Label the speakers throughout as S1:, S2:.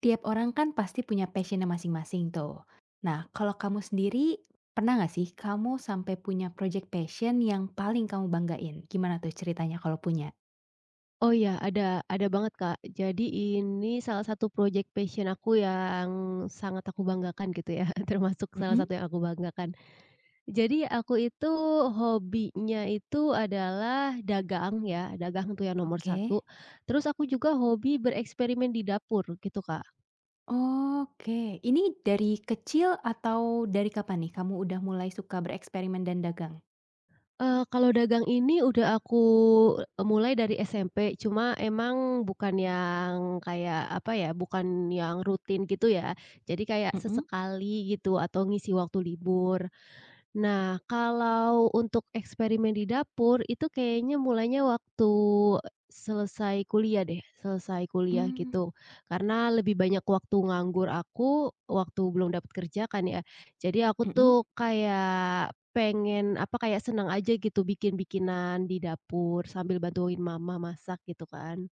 S1: Tiap orang kan pasti punya passionnya masing-masing tuh. Nah, kalau kamu sendiri, pernah nggak sih kamu sampai punya project passion yang paling kamu banggain? Gimana tuh ceritanya kalau punya?
S2: Oh iya, ada banget, Kak. Jadi ini salah satu project passion aku yang sangat aku banggakan gitu ya, termasuk salah
S1: Mhm.
S2: satu yang aku banggakan. Jadi aku itu hobinya itu adalah dagang ya, dagang itu yang nomor
S1: Oke.
S2: satu. Terus aku juga hobi bereksperimen di dapur gitu, Kak.
S1: Oke, ini dari kecil atau dari kapan nih kamu udah mulai suka bereksperimen dan dagang?
S2: Kalau dagang ini udah aku mulai dari SMP, cuma emang bukan yang kayak, apa ya, bukan yang rutin gitu ya. Jadi kayak
S1: Mhm.
S2: sesekali gitu atau ngisi waktu libur. Nah, kalau untuk eksperimen di dapur, itu kayaknya mulainya waktu selesai kuliah deh, selesai kuliah
S1: Mmm.
S2: gitu. Karena lebih banyak waktu nganggur aku, waktu belum dapat kerja kan ya. Jadi aku
S1: Mhm.
S2: tuh kayak pengen apa kayak senang aja gitu bikin-bikinan di dapur sambil bantuin mama masak gitu kan.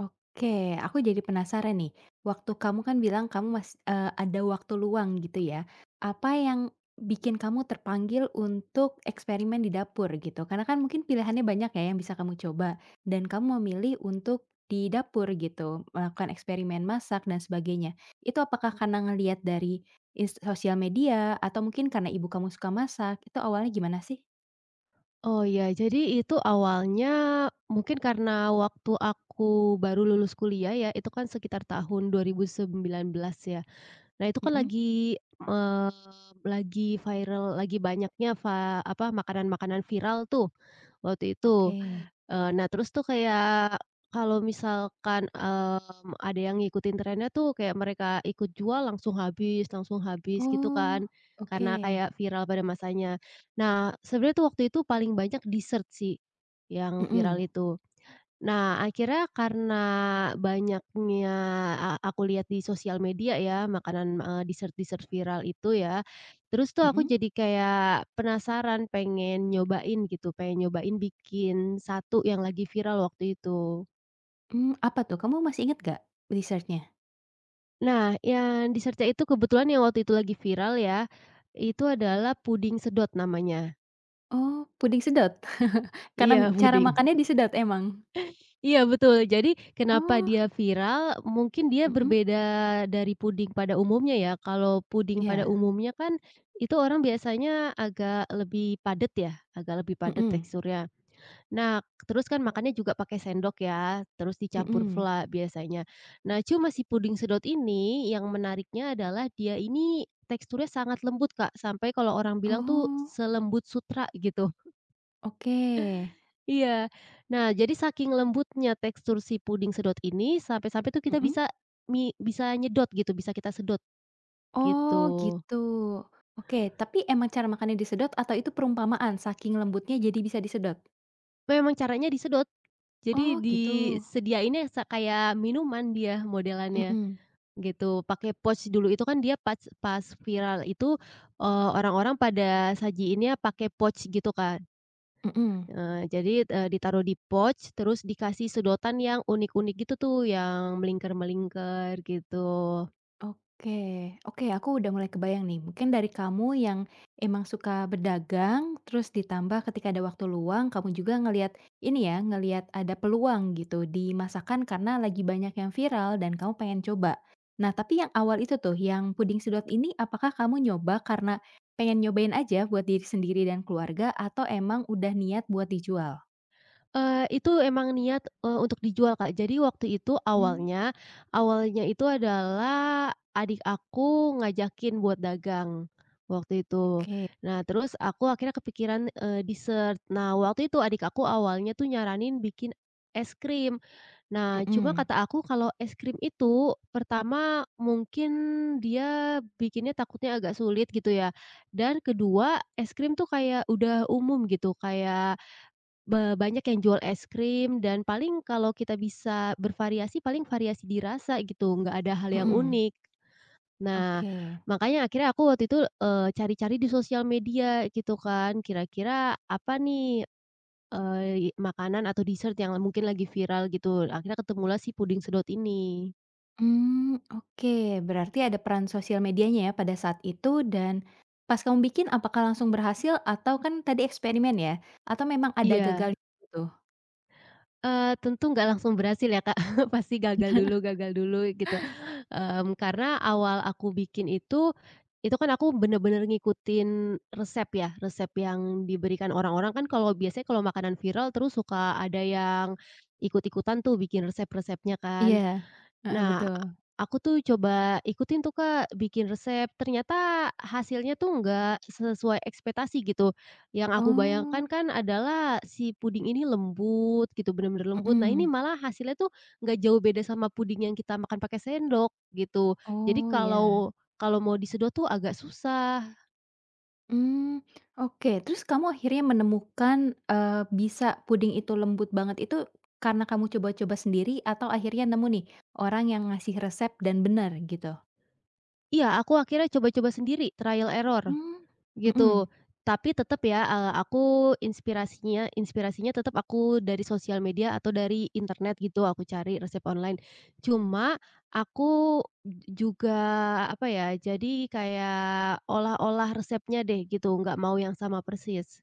S1: Oke, aku jadi penasaran nih. Waktu kamu kan bilang kamu ada waktu luang gitu ya. Apa yang bikin kamu terpanggil untuk eksperimen di dapur gitu? Karena kan mungkin pilihannya banyak ya yang bisa kamu coba, dan kamu memilih untuk di dapur gitu, melakukan eksperimen masak dan sebagainya. Itu apakah karena ngelihat dari sosial media atau mungkin karena ibu kamu suka masak? Itu awalnya gimana sih?
S2: Oh ya, jadi itu awalnya mungkin karena waktu aku baru lulus kuliah ya, itu kan sekitar tahun 2019 ya. Nah, itu kan
S1: Mhm,
S2: eee, lagi viral, lagi banyaknya makanan-makanan viral tuh waktu itu.
S1: oke.
S2: Nah terus tuh kayak kalau misalkan, ada yang ngikutin trennya tuh kayak mereka ikut jual langsung habis gitu
S1: Oh,
S2: kan, karena
S1: oke.
S2: kayak viral pada masanya. Nah sebenarnya tuh waktu itu paling banyak dessert sih, yang viral
S1: Mhm,
S2: itu. Nah, akhirnya karena banyaknya aku lihat di sosial media ya, makanan, dessert-dessert viral itu ya, terus tuh aku
S1: mhm.
S2: jadi kayak penasaran, pengen nyobain gitu, pengen nyobain bikin satu yang lagi viral waktu itu.
S1: Mmm, apa tuh? Kamu masih inget gak research-nya?
S2: Nah, yang dessert itu kebetulan yang waktu itu lagi viral ya, itu adalah puding sedot namanya.
S1: Oh, puding sedot?
S2: Iya,
S1: Karena cara
S2: puding.
S1: makannya disedot emang?
S2: Iya betul, jadi kenapa
S1: Oh,
S2: dia viral, mungkin dia
S1: mhm,
S2: berbeda dari puding pada umumnya ya. Kalau puding pada
S1: iya,
S2: umumnya kan, itu orang biasanya agak lebih padat ya, agak lebih padat
S1: mhm,
S2: teksturnya. Nah, terus kan makannya juga pakai sendok ya, terus dicampur
S1: mhm.
S2: vla biasanya. Nah, cuma si puding sedot ini, yang menariknya adalah dia ini teksturnya sangat lembut Kak, sampai kalau orang bilang tuh
S1: Oh,
S2: selembut sutra gitu.
S1: oke,
S2: Iya. Nah, jadi saking lembutnya tekstur si puding sedot ini, sampai-sampai tuh kita
S1: mhm?
S2: bisa nyedot gitu, bisa kita sedot, gitu.
S1: Oh, gitu. Oke, tapi emang cara makannya disedot atau itu perumpamaan saking lembutnya jadi bisa disedot?
S2: Memang caranya disedot, jadi
S1: Oh, gitu,
S2: disediainnya kayak minuman dia modelannya,
S1: mhm,
S2: gitu. Pakai pouch dulu itu kan dia pas pas viral itu, orang-orang pada sajiinnya pakai pouch gitu kan.
S1: mhm.
S2: Jadi, ditaruh di pouch, terus dikasih sedotan yang unik-unik gitu tuh, yang melingkar-melingkar, gitu.
S1: Oke, oke aku udah mulai kebayang nih. Mungkin dari kamu yang emang suka berdagang, terus ditambah ketika ada waktu luang, kamu juga ngelihat ini ya, ngelihat ada peluang gitu di masakan karena lagi banyak yang viral dan kamu pengen coba. Nah, tapi yang awal itu tuh, yang puding sedot ini, apakah kamu nyoba karena pengen nyobain aja buat diri sendiri dan keluarga, atau emang udah niat buat dijual?
S2: Itu emang niat, untuk dijual, Kak. Jadi waktu itu
S1: Hmm.
S2: awalnya awalnya itu adalah adik aku ngajakin buat dagang, waktu itu.
S1: Oke,
S2: Nah, terus aku akhirnya kepikiran, dessert. Nah, waktu itu adik aku awalnya tuh nyaranin bikin es krim. Nah, cuma
S1: mhm,
S2: kata aku kalau es krim itu pertama mungkin dia bikinnya takutnya agak sulit gitu ya, dan kedua es krim tuh kayak udah umum gitu, kayak banyak yang jual es krim dan paling kalau kita bisa bervariasi, paling variasi di rasa gitu, nggak ada hal yang
S1: mhm,
S2: unik. Nah,
S1: oke.
S2: makanya akhirnya aku waktu itu, cari-cari di sosial media gitu kan, kira-kira apa nih, makanan atau dessert yang mungkin lagi viral gitu, akhirnya ketemulah si puding sedot ini.
S1: Mmm, oke. Berarti ada peran sosial medianya ya pada saat itu dan pas kamu bikin apakah langsung berhasil atau kan tadi eksperimen ya? Atau memang ada
S2: Iya.
S1: gagalnya gitu?
S2: Tentu nggak langsung berhasil ya, Kak. Pasti gagal dulu gitu, karena awal aku bikin itu kan aku bener-bener ngikutin resep ya, resep yang diberikan orang-orang kan kalau biasanya kalau makanan viral terus suka ada yang ikut-ikutan tuh bikin resep-resepnya kan.
S1: Iya, heeh,
S2: Nah,
S1: betul.
S2: aku tuh coba ikutin tuh, Kak, bikin resep, ternyata hasilnya tuh nggak sesuai ekspektasi gitu. Yang aku bayangkan
S1: Oh,
S2: kan adalah si puding ini lembut gitu, bener-bener lembut. Nah, ini
S1: mhm.
S2: malah hasilnya tuh nggak jauh beda sama puding yang kita makan pakai sendok gitu. Jadi
S1: Oh, iya.
S2: kalau kalau mau disedot tuh agak susah.
S1: Mmm, oke. Terus kamu akhirnya menemukan, eee, bisa puding itu lembut banget itu karena kamu coba-coba sendiri atau akhirnya nemu nih orang yang ngasih resep dan bener gitu?
S2: Iya, aku akhirnya coba-coba sendiri, trial error.
S1: Mmm, mhm
S2: Gitu. Tapi tetap ya, aku inspirasinya inspirasinya tetap aku dari sosial media atau dari internet gitu, aku cari resep online. Cuma aku juga, apa ya, jadi kayak olah-olah resepnya deh gitu, nggak mau yang sama persis.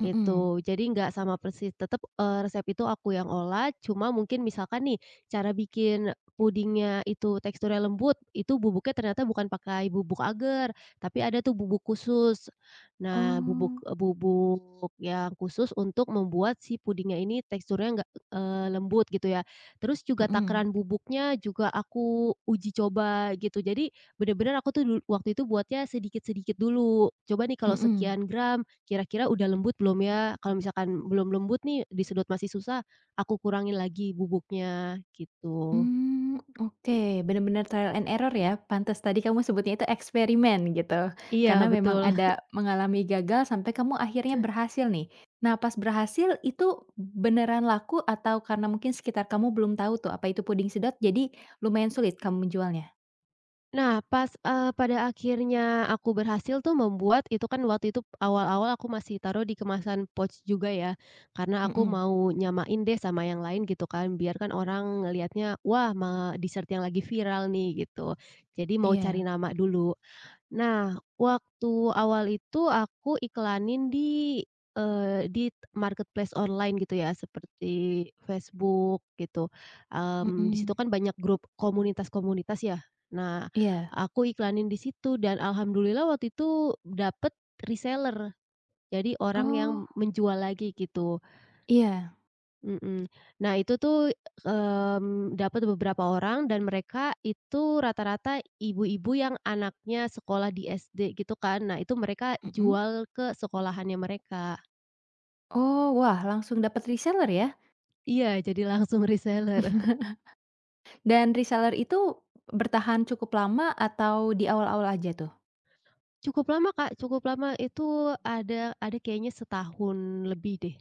S1: mhm.
S2: Gitu, jadi nggak sama persis, tetap resep itu aku yang olah, cuma mungkin misalkan nih, cara bikin pudingnya itu teksturnya lembut, itu bubuknya ternyata bukan pakai bubuk agar, tapi ada tuh bubuk khusus. Nah, bubuk
S1: Oh,
S2: e, bubuk yang khusus untuk membuat si pudingnya ini teksturnya nggak, lembut gitu ya. Terus juga
S1: mhm.
S2: takaran bubuknya juga aku uji coba gitu, jadi bener-bener aku tuh waktu itu buatnya sedikit-sedikit dulu, "Coba nih kalau
S1: Mhm.
S2: sekian gram, kira-kira udah lembut belum ya? Kalau misalkan belum lembut nih, disedot masih susah, aku kurangin lagi bubuknya, gitu."
S1: Mmm, oke, bener-bener trial and error ya, pantes tadi kamu sebutnya itu eksperimen gitu,
S2: Iya,
S1: karena memang
S2: betul.
S1: ada mengalami gagal sampai kamu akhirnya berhasil nih. Nah, pas berhasil itu beneran laku atau karena mungkin sekitar kamu belum tahu tuh apa itu puding sedot, jadi lumayan sulit kamu menjualnya?
S2: Nah, pas, pada akhirnya aku berhasil tuh membuat itu kan waktu itu awal-awal aku masih taruh di kemasan pouch juga ya, karena aku
S1: Mhm,
S2: mau nyamain deh sama yang lain gitu kan, biar kan orang ngelihatnya, "Wah, dessert yang lagi viral nih," gitu. Jadi mau cari
S1: iya,
S2: nama dulu. Nah, waktu awal itu aku iklanin di marketplace online gitu ya, seperti Facebook gitu, di situ
S1: mhm,
S2: kan banyak grup komunitas-komunitas ya. Nah,
S1: iya.
S2: aku iklanin di situ dan alhamdulillah waktu itu dapet reseller, jadi orang yang
S1: Oh,
S2: menjual lagi gitu.
S1: iya,
S2: Mhm. Nah itu tuh, dapat beberapa orang dan mereka itu rata-rata ibu-ibu yang anaknya sekolah di SD gitu kan. Nah itu mereka
S1: mhm.
S2: jual ke sekolahannya mereka.
S1: Oh, wah langsung dapet reseller ya?
S2: Iya jadi langsung reseller.
S1: Dan reseller itu bertahan cukup lama atau di awal-awal aja tuh?
S2: Cukup lama Kak, cukup lama itu ada kayaknya setahun lebih deh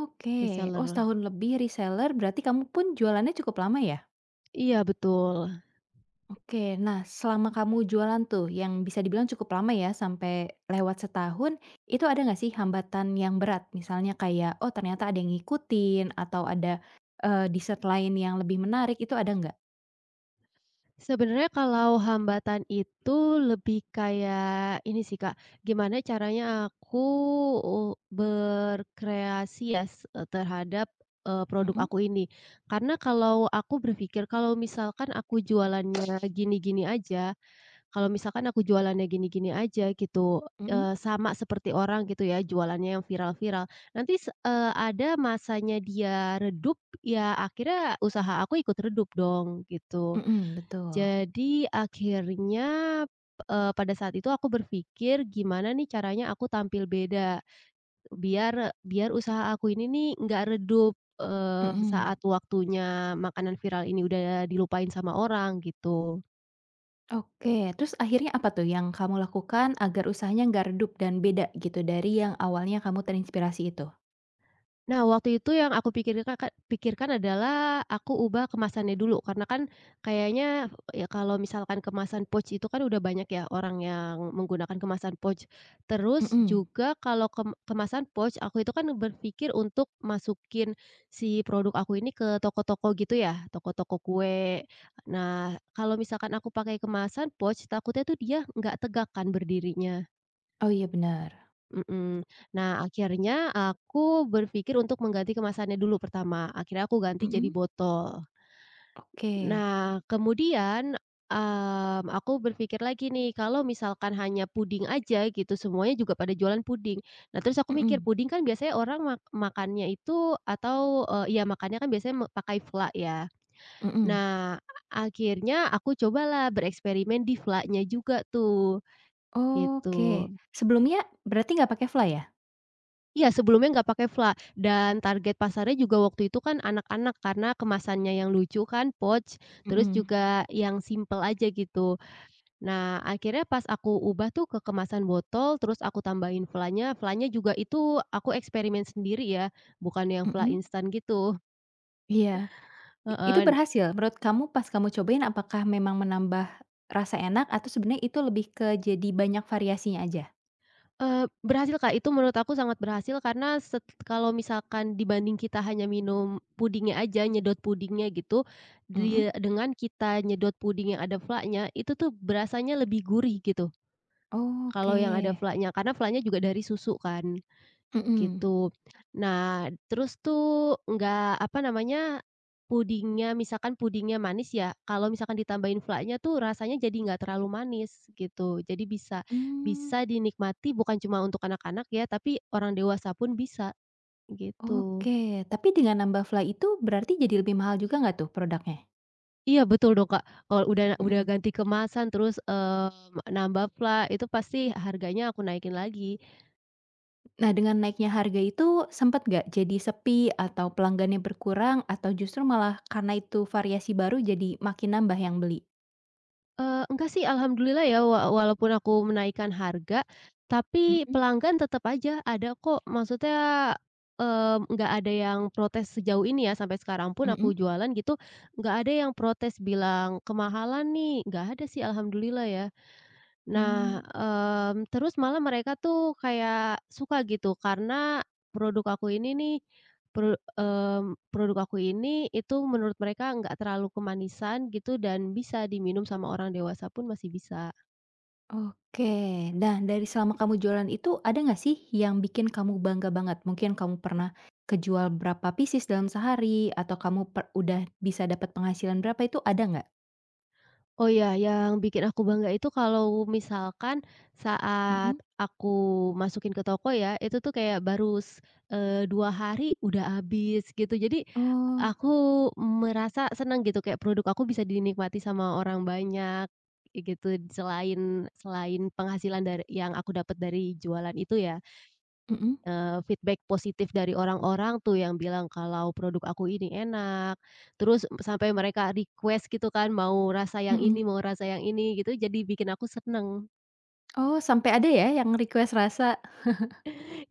S1: Oke. Oh,
S2: reseller.
S1: setahun lebih reseller berarti kamu pun jualannya cukup lama ya?
S2: Iya betul.
S1: Oke. Nah, selama kamu jualan tuh yang bisa dibilang cukup lama ya sampai lewat setahun, itu ada nggak sih hambatan yang berat? Misalnya kayak, oh ternyata ada yang ngikutin atau ada, dessert lain yang lebih menarik itu ada nggak?
S2: Sebenarnya kalau hambatan itu lebih kayak ini sih, Kak, gimana caranya aku berkreasi ya, terhadap, produk
S1: Mhm
S2: aku ini. Karena kalau aku berpikir kalau misalkan aku jualannya gini-gini aja gitu,
S1: mhm
S2: sama seperti orang gitu ya jualannya yang viral-viral, nanti ada masanya dia redup, ya akhirnya usaha aku ikut redup dong, gitu.
S1: mhm, betul.
S2: Jadi akhirnya, pada saat itu aku berpikir gimana nih caranya aku tampil beda, biar biar usaha aku ini nih nggak redup,
S1: Mhm.
S2: saat waktunya makanan viral ini udah dilupain sama orang gitu.
S1: Oke, terus akhirnya apa tuh yang kamu lakukan agar usahanya nggak redup dan beda gitu dari yang awalnya kamu terinspirasi itu?
S2: Nah, waktu itu yang aku pikirkan pikirkan adalah aku ubah kemasannya dulu, karena kan kayaknya ya kalau misalkan kemasan pouch itu kan udah banyak ya orang yang menggunakan kemasan pouch. Terus
S1: Mhm.
S2: juga kalau kemasan pouch, aku itu kan berpikir untuk masukin si produk aku ini ke toko-toko gitu ya, toko-toko kue. Nah, kalau misalkan aku pakai kemasan pouch, takutnya tuh dia nggak tegak kan berdirinya.
S1: Oh iya benar.
S2: Mhm. Nah, akhirnya aku berpikir untuk mengganti kemasannya dulu pertama, akhirnya aku ganti jadi
S1: Mhm,
S2: botol.
S1: oke.
S2: Nah, kemudian, aku berpikir lagi nih, kalau misalkan hanya puding aja gitu, semuanya juga pada jualan puding. Nah, terus aku mikir,
S1: Mhm,
S2: puding kan biasanya orang makannya itu atau, ya makannya kan biasanya pakai vla ya.
S1: mhm.
S2: Nah, akhirnya aku cobalah bereksperimen di vlanya juga tuh,
S1: Oke,
S2: gitu.
S1: sebelumnya berarti nggak pakai fly ya?
S2: Iya, sebelumnya nggak pakai fla, dan target pasarnya juga waktu itu kan anak-anak karena kemasannya yang lucu kan, pouch, terus
S1: Mhm,
S2: juga yang simpel aja gitu. Nah, akhirnya pas aku ubah tuh ke kemasan botol, terus aku tambahin flanya, flanya juga itu aku eksperimen sendiri ya, bukan yang fla
S1: mhm,
S2: instan gitu.
S1: iya. Itu
S2: Heeh.
S1: berhasil menurut kamu pas kamu cobain apakah memang menambah rasa enak atau sebenarnya itu lebih ke jadi banyak variasinya aja?
S2: Berhasil, Kak, itu menurut aku sangat berhasil karena kalau misalkan dibanding kita hanya minum pudingnya aja, nyedot pudingnya gitu,
S1: Mhm.
S2: dia dengan kita nyedot puding yang ada flaknya, itu tuh berasanya lebih gurih gitu, kalau
S1: Oke.
S2: yang ada flaknya, karena flaknya juga dari susu kan.
S1: Mhm,
S2: Gitu. Nah, terus tuh nggak apa namanya, pudingnya misalkan pudingnya manis ya, kalau misalkan ditambahin flaknya tuh rasanya jadi nggak terlalu manis, gitu. Jadi bisa
S1: mmm.
S2: bisa dinikmati bukan cuma untuk anak-anak ya, tapi orang dewasa pun bisa, gitu.
S1: Oke, tapi dengan nambah fly itu berarti jadi lebih mahal juga nggak tuh produknya?
S2: Iya betul dong, Kak. Kalau udah
S1: Mhm.
S2: ganti kemasan terus, nambah flak itu pasti harganya aku naikin lagi.
S1: Nah, dengan naiknya harga itu sempet nggak jadi sepi atau pelanggannya berkurang atau justru malah karena itu variasi baru jadi makin nambah yang beli?
S2: Enggak sih alhamdulillah ya walaupun aku menaikkan harga, tapi
S1: Mhm
S2: pelanggan tetap aja ada kok maksudnya, nggak ada yang protes sejauh ini ya sampai sekarang pun
S1: mhm,
S2: aku jualan gitu, nggak ada yang protes bilang, "Kemahalan nih," nggak ada sih alhamdulillah ya. Nah,
S1: mmm,
S2: terus malah mereka tuh kayak suka gitu karena produk aku ini nih, produk aku ini itu menurut mereka nggak terlalu kemanisan gitu dan bisa diminum sama orang dewasa pun masih bisa.
S1: oke. Nah, dari selama kamu jualan itu ada nggak sih yang bikin kamu bangga banget? Mungkin kamu pernah kejual berapa pieces dalam sehari atau kamu udah bisa dapat penghasilan berapa itu ada nggak?
S2: Oh ya, yang bikin aku bangga itu kalau misalkan saat
S1: Mhm.
S2: aku masukin ke toko ya, itu tuh kayak baru 2 hari udah habis gitu. Jadi
S1: Oh,
S2: aku merasa senang gitu kayak produk aku bisa dinikmati sama orang banyak, gitu. Selain selain penghasilan dari yang aku dapat dari jualan itu ya.
S1: mhm
S2: Feedback positif dari orang-orang tuh yang bilang kalau produk aku ini enak, terus sampai mereka request gitu kan, mau rasa yang ini,
S1: mhm.
S2: mau rasa yang ini gitu, jadi bikin aku seneng.
S1: Oh, sampai ada ya yang request rasa?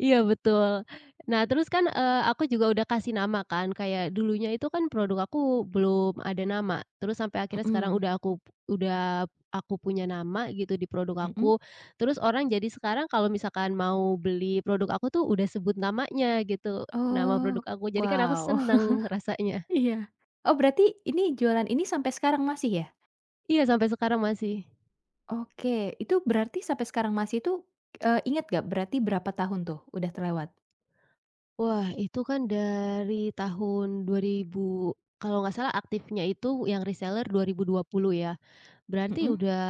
S2: Iya betul. Nah terus kan, aku juga udah kasih nama kan, kayak dulunya itu kan produk aku belum ada nama, terus sampai akhirnya sekarang
S1: Mhm,
S2: udah aku punya nama gitu di produk
S1: mhm.
S2: aku, terus orang jadi sekarang kalau misalkan mau beli produk aku tuh udah sebut namanya gitu, nama produk
S1: Oh,
S2: aku, jadi kan aku
S1: wow,
S2: seneng rasanya.
S1: iya. Oh, berarti ini jualan ini sampai sekarang masih ya?
S2: Iya sampai sekarang masih.
S1: Oke, itu berarti sampai sekarang masih itu, inget nggak berarti berapa tahun tuh udah terlewat?
S2: Wah itu kan dari tahun 2000 kalau nggak salah aktifnya itu yang reseller dua dua ribu dua puluh ya. Berarti
S1: Mhm.
S2: udah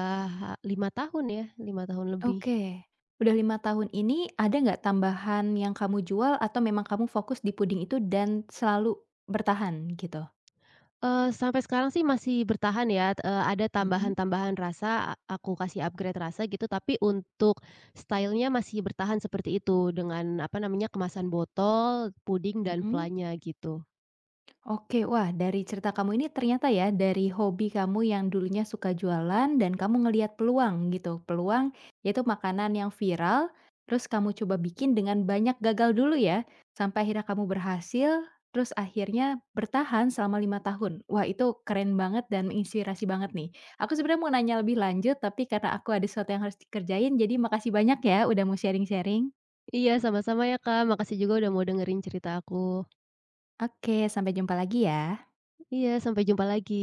S2: 5 tahun ya? 5 tahun lebih.
S1: Oke, udah 5 tahun ini ada nggak tambahan yang kamu jual atau memang kamu fokus di puding itu dan selalu bertahan gitu?
S2: Sampai sekarang sih masih bertahan ya, ada
S1: Mhm,
S2: tambahan-tambahan rasa, aku kasih upgrade rasa gitu, tapi untuk stylenya masih bertahan seperti itu, dengan apa namanya, kemasan botol, puding, dan
S1: mhm.
S2: flanya gitu.
S1: Oke, wah dari cerita kamu ini ternyata ya dari hobi kamu yang dulunya suka jualan dan kamu ngelihat peluang gitu. Peluang yaitu makanan yang viral, terus kamu coba bikin dengan banyak gagal dulu ya, sampai akhirnya kamu berhasil, terus akhirnya bertahan selama 5 tahun. Wah itu keren banget dan menginspirasi banget nih. Aku sebenarnya mau nanya lebih lanjut, tapi karena aku ada sesuatu yang harus dikerjain, jadi makasih banyak ya udah mau sharing-sharing.
S2: Iya, sama-sama ya Kak, makasih juga udah mau dengerin cerita aku.
S1: Oke, sampai jumpa lagi ya.
S2: Iya, sampai jumpa lagi.